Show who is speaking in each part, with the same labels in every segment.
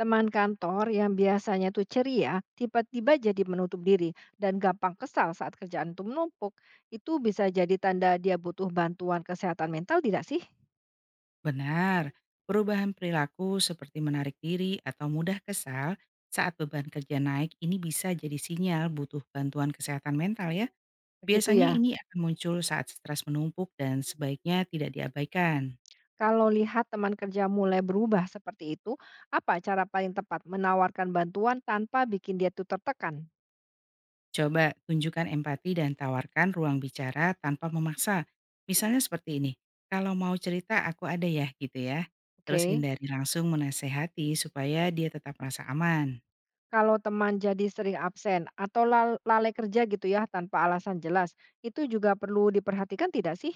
Speaker 1: Teman kantor yang biasanya tuh ceria, tiba-tiba jadi menutup diri dan gampang kesal saat kerjaan itu menumpuk. Itu bisa jadi tanda dia butuh bantuan kesehatan mental tidak sih?
Speaker 2: Benar, perubahan perilaku seperti menarik diri atau mudah kesal saat beban kerja naik ini bisa jadi sinyal butuh bantuan kesehatan mental ya.
Speaker 1: Begitu
Speaker 2: Biasanya
Speaker 1: ya.
Speaker 2: ini akan muncul saat stres menumpuk dan sebaiknya tidak diabaikan.
Speaker 1: Kalau lihat teman kerja mulai berubah seperti itu, apa cara paling tepat menawarkan bantuan tanpa bikin dia tuh tertekan?
Speaker 2: Coba tunjukkan empati dan tawarkan ruang bicara tanpa memaksa. Misalnya seperti ini, kalau mau cerita aku ada ya gitu ya. Terus
Speaker 1: Oke.
Speaker 2: hindari langsung menasehati supaya dia tetap merasa aman.
Speaker 1: Kalau teman jadi sering absen atau lalai kerja gitu ya tanpa alasan jelas, itu juga perlu diperhatikan tidak sih?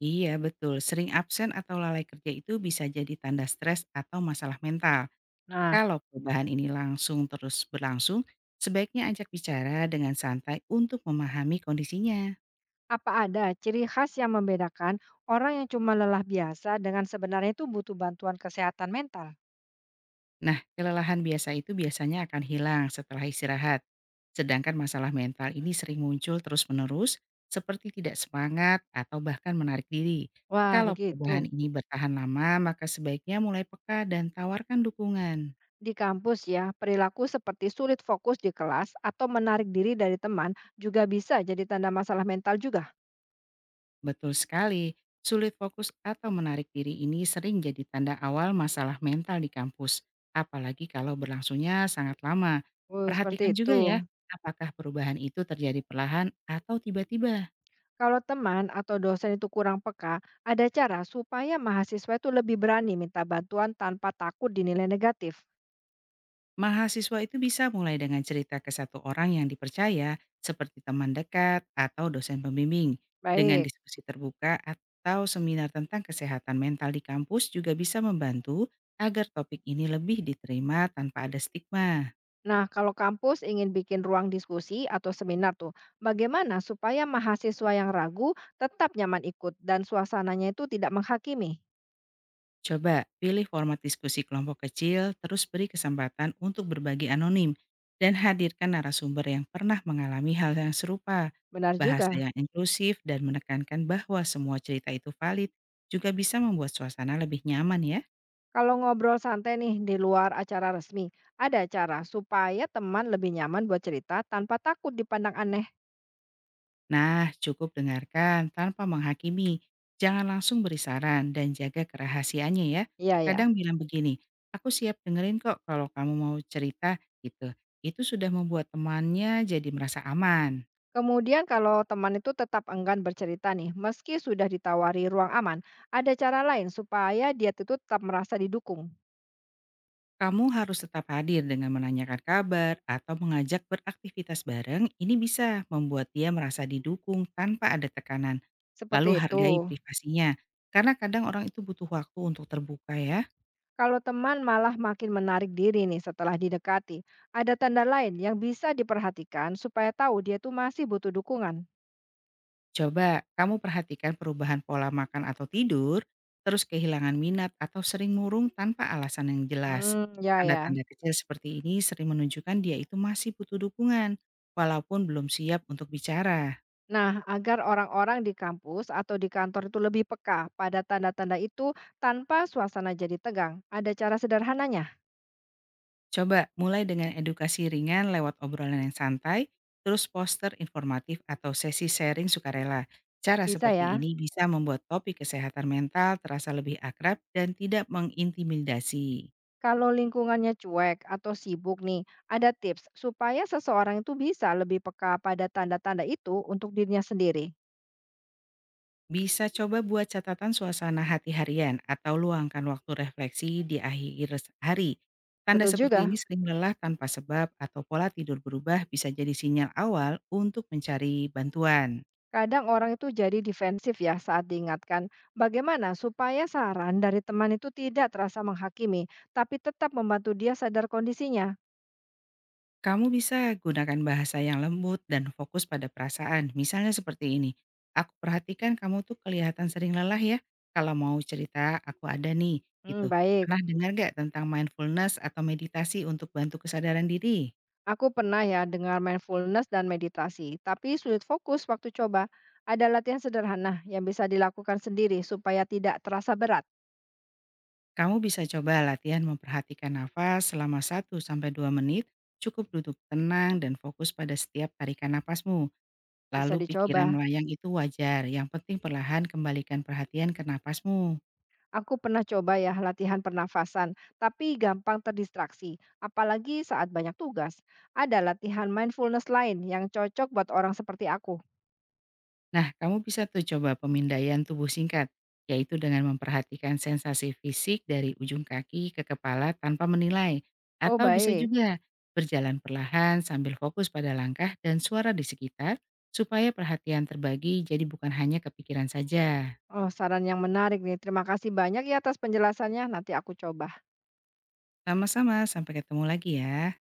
Speaker 2: Iya, betul. Sering absen atau lalai kerja itu bisa jadi tanda stres atau masalah mental.
Speaker 1: Nah,
Speaker 2: Kalau perubahan ini langsung terus berlangsung, sebaiknya ajak bicara dengan santai untuk memahami kondisinya.
Speaker 1: apa ada ciri khas yang membedakan orang yang cuma lelah biasa dengan sebenarnya itu butuh bantuan kesehatan mental?
Speaker 2: Nah, kelelahan biasa itu biasanya akan hilang setelah istirahat. Sedangkan masalah mental ini sering muncul terus-menerus, seperti tidak semangat atau bahkan menarik diri.
Speaker 1: Wah,
Speaker 2: Kalau perubahan
Speaker 1: begitu.
Speaker 2: ini bertahan lama, maka sebaiknya mulai peka dan tawarkan dukungan.
Speaker 1: Di kampus ya, perilaku seperti sulit fokus di kelas atau menarik diri dari teman juga bisa jadi tanda masalah mental juga.
Speaker 2: Betul sekali, sulit fokus atau menarik diri ini sering jadi tanda awal masalah mental di kampus, apalagi kalau berlangsungnya sangat lama.
Speaker 1: Oh, seperti
Speaker 2: Perhatikan
Speaker 1: itu.
Speaker 2: juga ya, apakah perubahan itu terjadi perlahan atau tiba-tiba.
Speaker 1: Kalau teman atau dosen itu kurang peka, ada cara supaya mahasiswa itu lebih berani minta bantuan tanpa takut dinilai negatif.
Speaker 2: Mahasiswa itu bisa mulai dengan cerita ke satu orang yang dipercaya, seperti teman dekat atau dosen pembimbing. Dengan
Speaker 1: Baik.
Speaker 2: diskusi terbuka atau seminar tentang kesehatan mental di kampus juga bisa membantu agar topik ini lebih diterima tanpa ada stigma.
Speaker 1: Nah, kalau kampus ingin bikin ruang diskusi atau seminar tuh, bagaimana supaya mahasiswa yang ragu tetap nyaman ikut dan suasananya itu tidak menghakimi?
Speaker 2: Coba pilih format diskusi kelompok kecil, terus beri kesempatan untuk berbagi anonim, dan hadirkan narasumber yang pernah mengalami hal yang serupa.
Speaker 1: Benar
Speaker 2: Bahasa
Speaker 1: juga.
Speaker 2: yang inklusif dan menekankan bahwa semua cerita itu valid juga bisa membuat suasana lebih nyaman ya.
Speaker 1: Kalau ngobrol santai nih di luar acara resmi, ada cara supaya teman lebih nyaman buat cerita tanpa takut dipandang aneh.
Speaker 2: Nah, cukup dengarkan tanpa menghakimi. Jangan langsung beri saran dan jaga kerahasiaannya ya.
Speaker 1: Iya ya.
Speaker 2: Kadang bilang begini, aku siap dengerin kok kalau kamu mau cerita gitu. Itu sudah membuat temannya jadi merasa aman.
Speaker 1: Kemudian kalau teman itu tetap enggan bercerita nih, meski sudah ditawari ruang aman, ada cara lain supaya dia itu tetap merasa didukung.
Speaker 2: Kamu harus tetap hadir dengan menanyakan kabar atau mengajak beraktivitas bareng. Ini bisa membuat dia merasa didukung tanpa ada tekanan.
Speaker 1: Seperti
Speaker 2: Lalu
Speaker 1: itu.
Speaker 2: hargai privasinya, karena kadang orang itu butuh waktu untuk terbuka ya.
Speaker 1: Kalau teman malah makin menarik diri nih setelah didekati, ada tanda lain yang bisa diperhatikan supaya tahu dia tuh masih butuh dukungan.
Speaker 2: Coba kamu perhatikan perubahan pola makan atau tidur, terus kehilangan minat atau sering murung tanpa alasan yang jelas.
Speaker 1: Hmm, ya ya.
Speaker 2: Tanda-tanda kecil seperti ini sering menunjukkan dia itu masih butuh dukungan, walaupun belum siap untuk bicara.
Speaker 1: Nah, agar orang-orang di kampus atau di kantor itu lebih peka pada tanda-tanda itu tanpa suasana jadi tegang. Ada cara sederhananya?
Speaker 2: Coba mulai dengan edukasi ringan lewat obrolan yang santai, terus poster informatif atau sesi sharing sukarela. Cara
Speaker 1: Bisa
Speaker 2: seperti
Speaker 1: ya.
Speaker 2: ini bisa membuat topik kesehatan mental terasa lebih akrab dan tidak mengintimidasi.
Speaker 1: Kalau lingkungannya cuek atau sibuk nih, ada tips supaya seseorang itu bisa lebih peka pada tanda-tanda itu untuk dirinya sendiri.
Speaker 2: Bisa coba buat catatan suasana hati harian atau luangkan waktu refleksi di akhir hari. Tanda
Speaker 1: Betul
Speaker 2: seperti
Speaker 1: juga.
Speaker 2: ini sering lelah tanpa sebab atau pola tidur berubah bisa jadi sinyal awal untuk mencari bantuan.
Speaker 1: Kadang orang itu jadi defensif ya saat diingatkan. Bagaimana supaya saran dari teman itu tidak terasa menghakimi, tapi tetap membantu dia sadar kondisinya?
Speaker 2: Kamu bisa gunakan bahasa yang lembut dan fokus pada perasaan. Misalnya seperti ini, aku perhatikan kamu tuh kelihatan sering lelah ya. Kalau mau cerita, aku ada nih,
Speaker 1: Hmm,
Speaker 2: gitu.
Speaker 1: baik.
Speaker 2: Pernah dengar gak tentang mindfulness atau meditasi untuk bantu kesadaran diri?
Speaker 1: Aku pernah ya dengar mindfulness dan meditasi, tapi sulit fokus waktu coba. Ada latihan sederhana yang bisa dilakukan sendiri supaya tidak terasa berat.
Speaker 2: Kamu bisa coba latihan memperhatikan nafas selama 1 sampai 2 menit, cukup duduk tenang dan fokus pada setiap tarikan nafasmu.
Speaker 1: Bisa
Speaker 2: Lalu pikiran
Speaker 1: dicoba.
Speaker 2: melayang itu wajar, yang penting perlahan kembalikan perhatian ke nafasmu.
Speaker 1: Aku pernah coba ya latihan pernafasan, tapi gampang terdistraksi, apalagi saat banyak tugas. Ada latihan mindfulness lain yang cocok buat orang seperti aku.
Speaker 2: Nah, kamu bisa tuh coba pemindaian tubuh singkat, yaitu dengan memperhatikan sensasi fisik dari ujung kaki ke kepala tanpa menilai.
Speaker 1: Oh,
Speaker 2: Atau bisa
Speaker 1: baik.
Speaker 2: juga berjalan perlahan sambil fokus pada langkah dan suara di sekitar, supaya perhatian terbagi jadi bukan hanya kepikiran saja.
Speaker 1: Oh, saran yang menarik nih. Terima kasih banyak ya atas penjelasannya. Nanti aku coba.
Speaker 2: Sama-sama, sampai ketemu lagi ya.